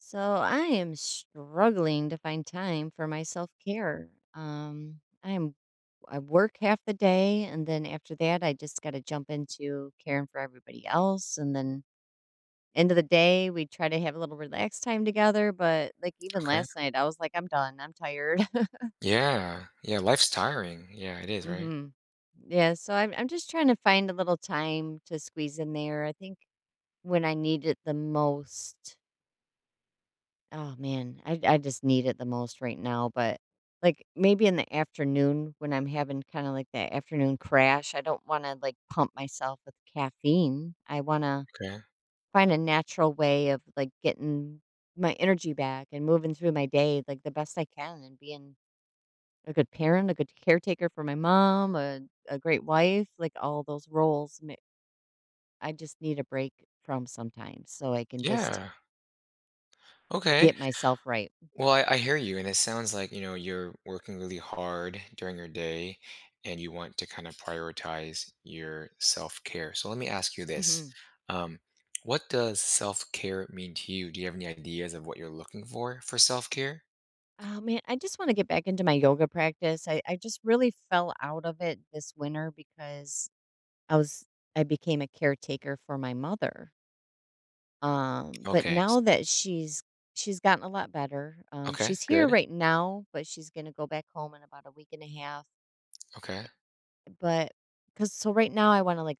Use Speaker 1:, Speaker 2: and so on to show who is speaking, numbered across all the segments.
Speaker 1: So I am struggling to find time for my self care. Um, I'm I work half the day, and then after that, I just got to jump into caring for everybody else. And then end of the day, we try to have a little relaxed time together. But like even
Speaker 2: Okay.
Speaker 1: last night, I was like, I'm done. I'm tired.
Speaker 2: Yeah. Yeah, life's tiring. Yeah, it is, right?
Speaker 1: hmm Yeah. So I'm just trying to find a little time to squeeze in there. I think when I need it the most. Oh man, I just need it the most right now. But like maybe in the afternoon when I'm having kind of like that afternoon crash, I don't want to like pump myself with caffeine. I want to
Speaker 2: Okay.
Speaker 1: find a natural way of like getting my energy back and moving through my day like the best I can and being a good parent, a good caretaker for my mom, a great wife, like all those roles. I just need a break from sometimes so I can just
Speaker 2: Yeah. Okay.
Speaker 1: get myself right.
Speaker 2: Well, I hear you, and it sounds like, you know, you're working really hard during your day and you want to kind of prioritize your self-care. So let me ask you
Speaker 1: hmm
Speaker 2: this. Um, what does self-care mean to you? Do you have any ideas of what you're looking for self-care?
Speaker 1: Oh man, I just want to get back into my yoga practice. I just really fell out of it this winter because I was I became a caretaker for my mother. But
Speaker 2: Okay. s-
Speaker 1: now that she's gotten a lot better.
Speaker 2: Okay,
Speaker 1: She's here
Speaker 2: good.
Speaker 1: right now, but she's gonna go back home in about a week and a half.
Speaker 2: Okay.
Speaker 1: But because so right now I want to like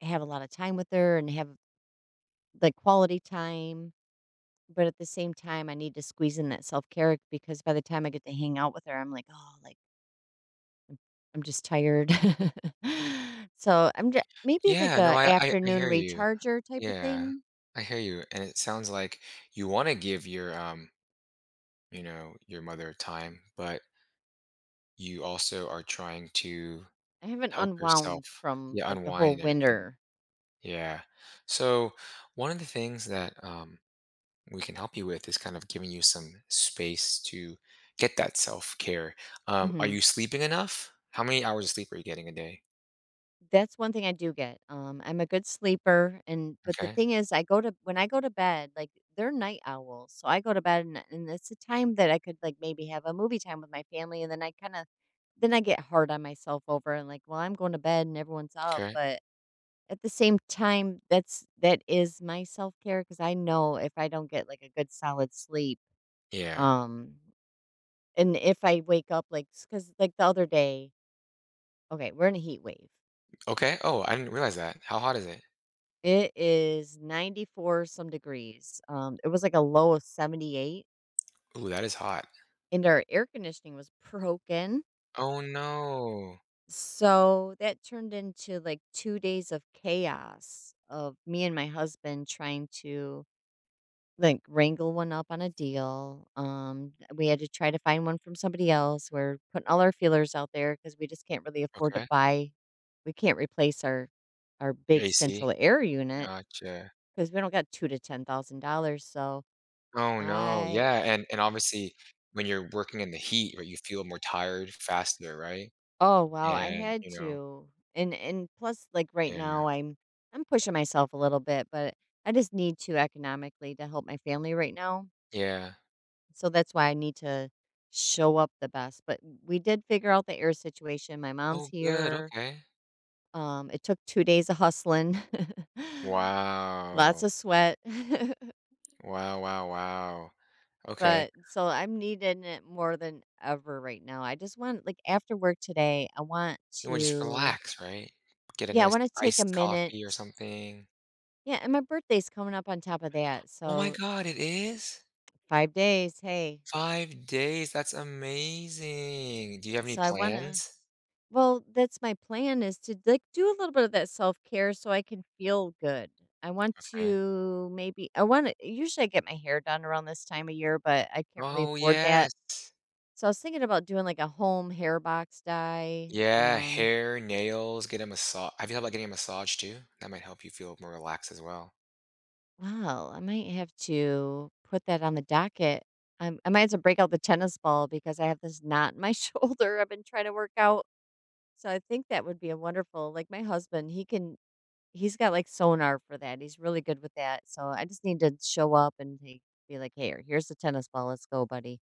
Speaker 1: have a lot of time with her and have like quality time. But at the same time, I need to squeeze in that self care because by the time I get to hang out with her, I'm like, oh, like I'm just tired. So, I'm just maybe like
Speaker 2: Yeah, no,
Speaker 1: a
Speaker 2: I
Speaker 1: afternoon
Speaker 2: hear you.
Speaker 1: recharger type of
Speaker 2: Yeah,
Speaker 1: thing?
Speaker 2: I hear you. And it sounds like you want to give your you know, your mother time, but you also are trying to
Speaker 1: I haven't
Speaker 2: help yourself,
Speaker 1: unwound from,
Speaker 2: yeah,
Speaker 1: like, the
Speaker 2: unwind
Speaker 1: whole
Speaker 2: and everything.
Speaker 1: winter.
Speaker 2: Yeah. So one of the things that we can help you with is kind of giving you some space to get that self care. Are
Speaker 1: Mhm.
Speaker 2: you sleeping enough? How many hours of sleep are you getting a day?
Speaker 1: That's one thing I do get. Um, I'm a good sleeper, and but the
Speaker 2: Okay.
Speaker 1: thing is I go to when I go to bed, like, they're night owls, so I go to bed, and it's a time that I could, like, maybe have a movie time with my family, and then I kinda then I get hard on myself over and, like, "Well, I'm going to bed and everyone's up."
Speaker 2: Okay.
Speaker 1: But at the same time, that is my self-care care because I know if I don't get, like, a good solid sleep,
Speaker 2: Yeah.
Speaker 1: um, and if I wake up, like, the other day, okay, we're in a heat wave.
Speaker 2: Okay. Oh, I didn't realize that. How hot is it?
Speaker 1: It is 94 some degrees. Um, it was, like, a low of 78,
Speaker 2: Ooh, that is hot.
Speaker 1: and our air conditioning was broken,
Speaker 2: Oh no.
Speaker 1: so that turned into, like, 2 days of chaos of me and my husband trying to like, wrangle one up on a deal. Um, we had to try to find one from somebody else. We're putting all our feelers out there because we just can't really afford to
Speaker 2: Okay.
Speaker 1: buy we can't replace our
Speaker 2: Your
Speaker 1: big
Speaker 2: AC.
Speaker 1: central air unit
Speaker 2: Gotcha.
Speaker 1: because we don't got 2 to $10,000, so
Speaker 2: Oh, no,
Speaker 1: I
Speaker 2: yeah, and obviously, when you're working in the heat, right, you feel more tired faster, right?
Speaker 1: oh, wow, I
Speaker 2: And,
Speaker 1: had
Speaker 2: you know,
Speaker 1: to. And plus, like, right
Speaker 2: yeah,
Speaker 1: now, I'm pushing myself a little bit, but I just need to economically to help my family right now.
Speaker 2: yeah.
Speaker 1: So that's why I need to show up the best. But we did figure out the air situation. My mom's
Speaker 2: Oh, good,
Speaker 1: here.
Speaker 2: okay.
Speaker 1: It took 2 days of hustling, lots
Speaker 2: Wow.
Speaker 1: of sweat.
Speaker 2: Wow, wow, wow. Okay.
Speaker 1: But so I'm needing it more than ever right now. I just want, like, after work today, I want
Speaker 2: You wanna just
Speaker 1: to,
Speaker 2: relax, right? Get a
Speaker 1: yeah, I
Speaker 2: nice
Speaker 1: want to take a
Speaker 2: iced coffee or
Speaker 1: minute.
Speaker 2: something.
Speaker 1: Yeah. And my birthday's coming up on top of that.
Speaker 2: Oh my
Speaker 1: So
Speaker 2: god, it is?
Speaker 1: 5 days. Hey.
Speaker 2: 5 days, that's amazing. Do you have any
Speaker 1: So I want to
Speaker 2: plans?
Speaker 1: Well, that's my plan, is to, like, do a little bit of that self-care so I can feel good. I want
Speaker 2: Okay.
Speaker 1: to maybe I wanna Usually I get my hair done around this time of year, but I can't really
Speaker 2: Oh,
Speaker 1: afford that.
Speaker 2: yes.
Speaker 1: So I was thinking about doing, like, a home hair box dye.
Speaker 2: Yeah, hair, nails, get a massage. Have you thought about getting a massage too? That might help you feel more relaxed as well.
Speaker 1: Wow, I might have to put that on the docket. I might have to break out the tennis ball because I have this knot in my shoulder I've been trying to work out. So I think that would be a wonderful like, my husband, he can he's got, like, sonar for that. He's really good with that, so I just need to show up and he be like, "Here, here's the tennis ball, let's go, buddy.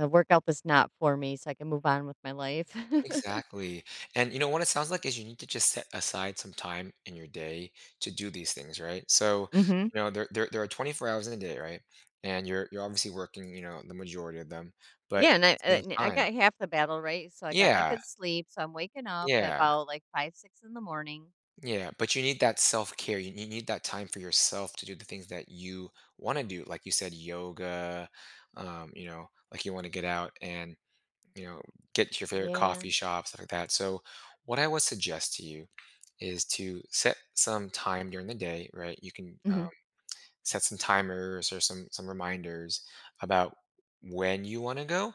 Speaker 1: Work out this knot for me so I can move on with my life."
Speaker 2: Exactly. And you know what it sounds like is you need to just set aside some time in your day to do these things, right? So,
Speaker 1: Mhm.
Speaker 2: you know, there are 24 hours in a day, right? And you're obviously working, you know, the majority of them, but at
Speaker 1: Yeah, and I
Speaker 2: the same
Speaker 1: and I
Speaker 2: time.
Speaker 1: got half the battle, right? So I got my
Speaker 2: Yeah.
Speaker 1: good sleep, so I'm waking up at
Speaker 2: Yeah.
Speaker 1: about, like, 5, 6 in the morning.
Speaker 2: Yeah, but you need that self care. You need that time for yourself to do the things that you want to do. Like you said, yoga, you know, like you want to get out and, you know, get to your favorite
Speaker 1: Yeah.
Speaker 2: coffee shop, stuff like that. So, what I would suggest to you is to set some time during the day, right? You can
Speaker 1: Mhm.
Speaker 2: set some timers or some reminders about when you want to go.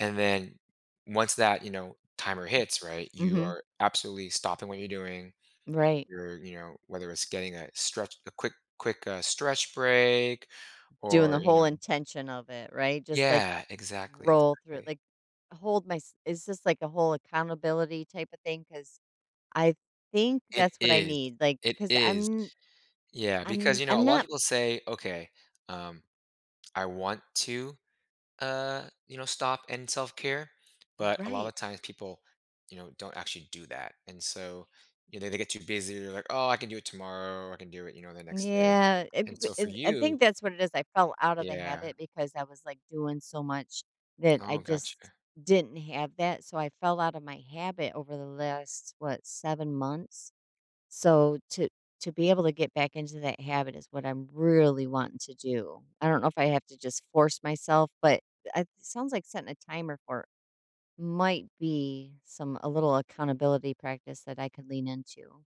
Speaker 2: And then once that, you know, timer hits, right, you
Speaker 1: Mhm.
Speaker 2: are absolutely stopping what you're doing,
Speaker 1: Right.
Speaker 2: you know, whether it's getting a stretch a quick quick stretch break,
Speaker 1: Doing the
Speaker 2: or you
Speaker 1: whole
Speaker 2: know,
Speaker 1: intention of it, right? Just, like,
Speaker 2: yeah, exactly,
Speaker 1: roll through it,
Speaker 2: exactly,
Speaker 1: like, hold my s is this, like, a whole accountability type of thing? Because I think
Speaker 2: it
Speaker 1: that's what I
Speaker 2: is,
Speaker 1: need, like,
Speaker 2: it
Speaker 1: because
Speaker 2: is,
Speaker 1: I'm
Speaker 2: yeah, because
Speaker 1: I'm
Speaker 2: you know
Speaker 1: I'm
Speaker 2: a lot of
Speaker 1: not
Speaker 2: people say, okay, um I want to you know, stop and self-care, but a lot
Speaker 1: right.
Speaker 2: of times people, you know, don't actually do that, and so you know they get too busy, they're like, oh, I can do it tomorrow, or I can do it, you know, the next day,
Speaker 1: Yeah, it g
Speaker 2: and
Speaker 1: b
Speaker 2: so for
Speaker 1: it I
Speaker 2: you,
Speaker 1: think that's what it is. I fell out of the
Speaker 2: yeah,
Speaker 1: habit because I was, like, doing so much that I
Speaker 2: oh
Speaker 1: just
Speaker 2: gotcha,
Speaker 1: didn't have that, so I fell out of my habit over the last, what, 7 months? So to be able to get back into that habit is what I'm really wanting to do. I don't know if I have to just force myself, but I it sounds like setting a timer for might be some a little accountability practice that I could lean into.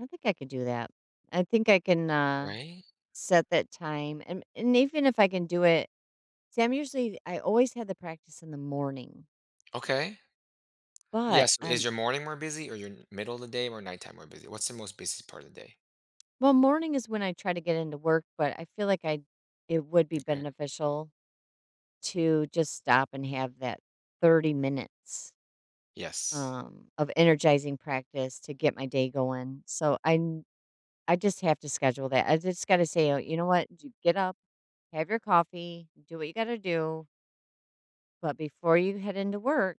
Speaker 1: I think I could do that. I think I can
Speaker 2: right,
Speaker 1: set that time. And even if I can do it, see, I always had the practice in the morning,
Speaker 2: okay.
Speaker 1: but
Speaker 2: Yes. Is
Speaker 1: I'm
Speaker 2: your morning more busy or your middle of the day or nighttime more busy? What's the most busy part of the day?
Speaker 1: well, morning is when I try to get into work, but I feel like I it would be
Speaker 2: Okay.
Speaker 1: beneficial to just stop and have that 30 minutes
Speaker 2: Yes.
Speaker 1: of energizing practice to get my day going. So I just have to schedule that. I just gotta say, you know what? J get up, have your coffee, do what you gotta do, but before you head into work,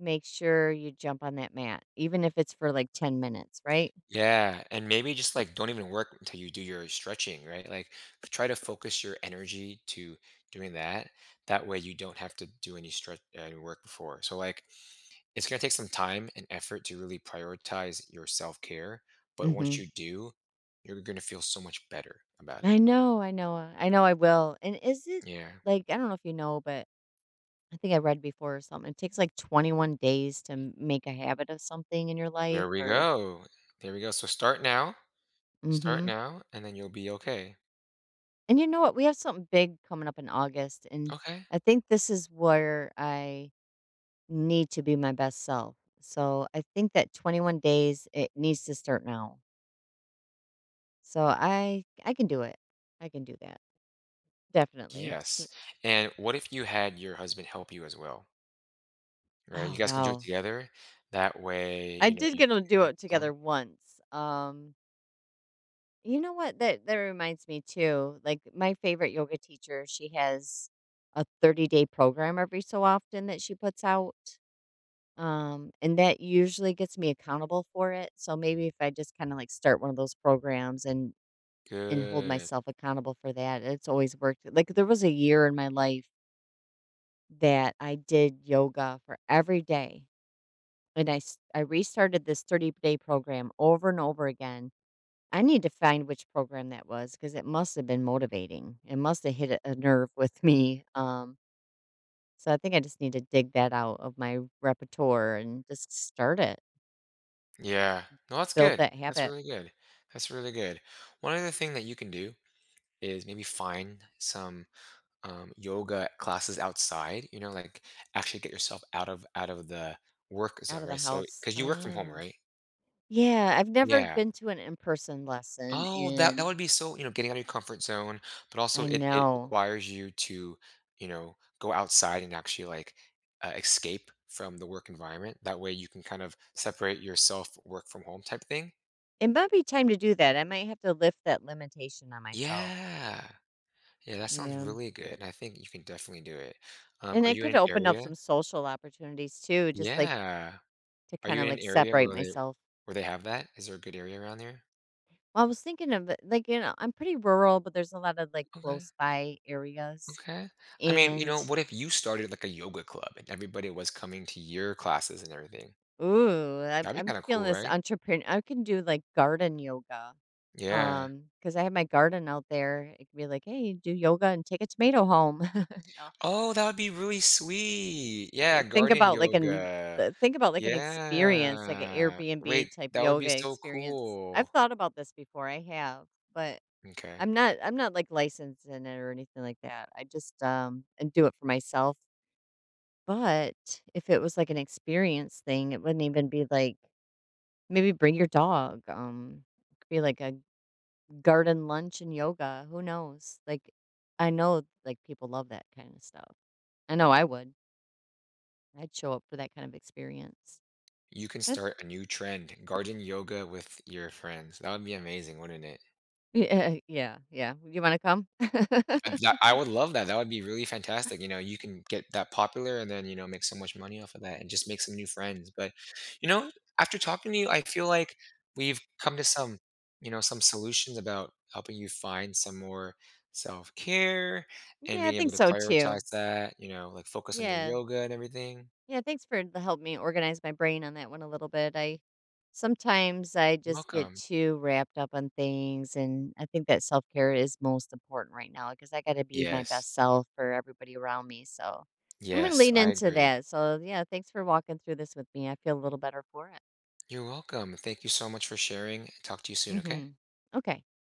Speaker 1: make sure you jump on that mat, even if it's for, like, 10 minutes, right?
Speaker 2: Yeah. And maybe just like don't even work until you do your stretching, right? Like try to focus your energy to doing that. That way you don't have to do any stretch any work before. So like it's going to take some time and effort to really prioritize your self-care, but once
Speaker 1: Mhm.
Speaker 2: you do, you're going to feel so much better about it.
Speaker 1: I know I will. And is it
Speaker 2: Yeah.
Speaker 1: like, I don't know if you know, but I think I read before or something, it takes, like, 21 days to m make a habit of something in your life
Speaker 2: There we
Speaker 1: or
Speaker 2: go. There we go. So start now. Start
Speaker 1: Mhm.
Speaker 2: now and then you'll be okay.
Speaker 1: And you know what? We have something big coming up in August, and
Speaker 2: Okay.
Speaker 1: I think this is where I need to be my best self. So I think that 21 days, it needs to start now. So I can do it. I can do that. Definitely. So,
Speaker 2: Yes. And what if you had your husband help you as well, right? You
Speaker 1: oh
Speaker 2: guys can do it
Speaker 1: wow.
Speaker 2: together. That way,
Speaker 1: I
Speaker 2: you know,
Speaker 1: did
Speaker 2: you
Speaker 1: get to
Speaker 2: you
Speaker 1: do
Speaker 2: have
Speaker 1: it
Speaker 2: someone.
Speaker 1: together once. You know what, that that reminds me too. Like my favorite yoga teacher, she has a 30-day program every so often that she puts out. Um, and that usually gets me accountable for it. So maybe if I just kind of like start one of those programs and hold
Speaker 2: Good.
Speaker 1: myself accountable for that. It's always worked. Like there was a year in my life that I did yoga for every day, and I restarted this 30-day program over and over again. I need to find which program that was because it must have been motivating. It must have hit a nerve with me. So I think I just need to dig that out of my repertoire and just start it,
Speaker 2: Yeah. No, that's
Speaker 1: build
Speaker 2: good.
Speaker 1: that
Speaker 2: That's
Speaker 1: habit
Speaker 2: really good. That's really good. One other thing that you can do is maybe find some yoga classes outside, you know, like actually get yourself out of the work
Speaker 1: out
Speaker 2: zone,
Speaker 1: of the
Speaker 2: right? So,
Speaker 1: house.
Speaker 2: because you work from home,
Speaker 1: Ah,
Speaker 2: right?
Speaker 1: yeah. I've never
Speaker 2: Yeah.
Speaker 1: been to an in person lesson,
Speaker 2: Oh, that that
Speaker 1: and
Speaker 2: would be so, you know, getting out of your comfort zone, but also
Speaker 1: I
Speaker 2: it
Speaker 1: know.
Speaker 2: requires you to, you know, go outside and actually like escape from the work environment. That way you can kind of separate yourself work from home type thing.
Speaker 1: It might be time to do that. I might have to lift that limitation on myself.
Speaker 2: Yeah. Yeah, that sounds
Speaker 1: Yeah.
Speaker 2: really good. And I think you can definitely do it.
Speaker 1: And
Speaker 2: Are
Speaker 1: it
Speaker 2: you in
Speaker 1: could
Speaker 2: an
Speaker 1: open up
Speaker 2: area?
Speaker 1: some social opportunities too, just like
Speaker 2: Yeah.
Speaker 1: to
Speaker 2: Are
Speaker 1: kind
Speaker 2: you
Speaker 1: of
Speaker 2: in an
Speaker 1: like
Speaker 2: area
Speaker 1: separate myself.
Speaker 2: where they have that? Is there a good area around there?
Speaker 1: Well, I was thinking of it, like, you know, I'm pretty rural, but there's a lot of like
Speaker 2: Okay.
Speaker 1: close by areas.
Speaker 2: Okay. I mean, you
Speaker 1: And
Speaker 2: know, what if you started like a yoga club and everybody was coming to your classes and everything?
Speaker 1: ooh,
Speaker 2: That'd be
Speaker 1: I'm
Speaker 2: kind of
Speaker 1: feeling
Speaker 2: cool,
Speaker 1: this
Speaker 2: right?
Speaker 1: entrepreneur. I can do like garden yoga.
Speaker 2: Yeah.
Speaker 1: Because I have my garden out there. It could be like, hey, do yoga and take a tomato home. No.
Speaker 2: Oh, that would be really sweet. Yeah,
Speaker 1: Th Think
Speaker 2: garden
Speaker 1: about, like, an
Speaker 2: yoga.
Speaker 1: think about, like, an experience, like, an
Speaker 2: Yeah.
Speaker 1: Airbnb
Speaker 2: Wait,
Speaker 1: type
Speaker 2: that would
Speaker 1: yoga
Speaker 2: be so
Speaker 1: experience. I've
Speaker 2: cool.
Speaker 1: thought about this before, I have, but
Speaker 2: Okay.
Speaker 1: I'm not, like, licensed in it or anything like that. I just, and do it for myself, but if it was, like, an experience thing, it wouldn't even be like maybe bring your dog, it could be, like, a garden lunch and yoga, who knows? Like, I know, like, people love that kinda stuff. I know I would. I'd show up for that kind of experience.
Speaker 2: You can
Speaker 1: I
Speaker 2: start a new trend, garden yoga with your friends. That would be amazing, wouldn't it?
Speaker 1: Yeah, yeah, yeah. You wanna come?
Speaker 2: That I would love that, that would be really fantastic, you know, you can get that popular and then, you know, make so much money off of that and just make some new friends, but, you know, after talking to you, I feel like we've come to some, you know, some solutions about helping you find some more self-care and
Speaker 1: Yeah, I
Speaker 2: being
Speaker 1: think
Speaker 2: able to
Speaker 1: so too.
Speaker 2: prioritize that, you know, like, focus on your
Speaker 1: Yeah.
Speaker 2: yoga and everything.
Speaker 1: Yeah, thanks for the help me organize my brain on that one a little bit. I Sometimes I just get
Speaker 2: Welcome.
Speaker 1: too wrapped up on things, and I think that self-care is most important right now because I gotta be my
Speaker 2: Yes.
Speaker 1: best self for everybody around me, so I'm gonna
Speaker 2: Yes,
Speaker 1: lean
Speaker 2: I
Speaker 1: into
Speaker 2: agree.
Speaker 1: that. So, yeah, thanks for walking through this with me. I feel a little better for it.
Speaker 2: You're welcome, thank you so much for sharing. Talk to you soon, okay?
Speaker 1: Mhm. Okay.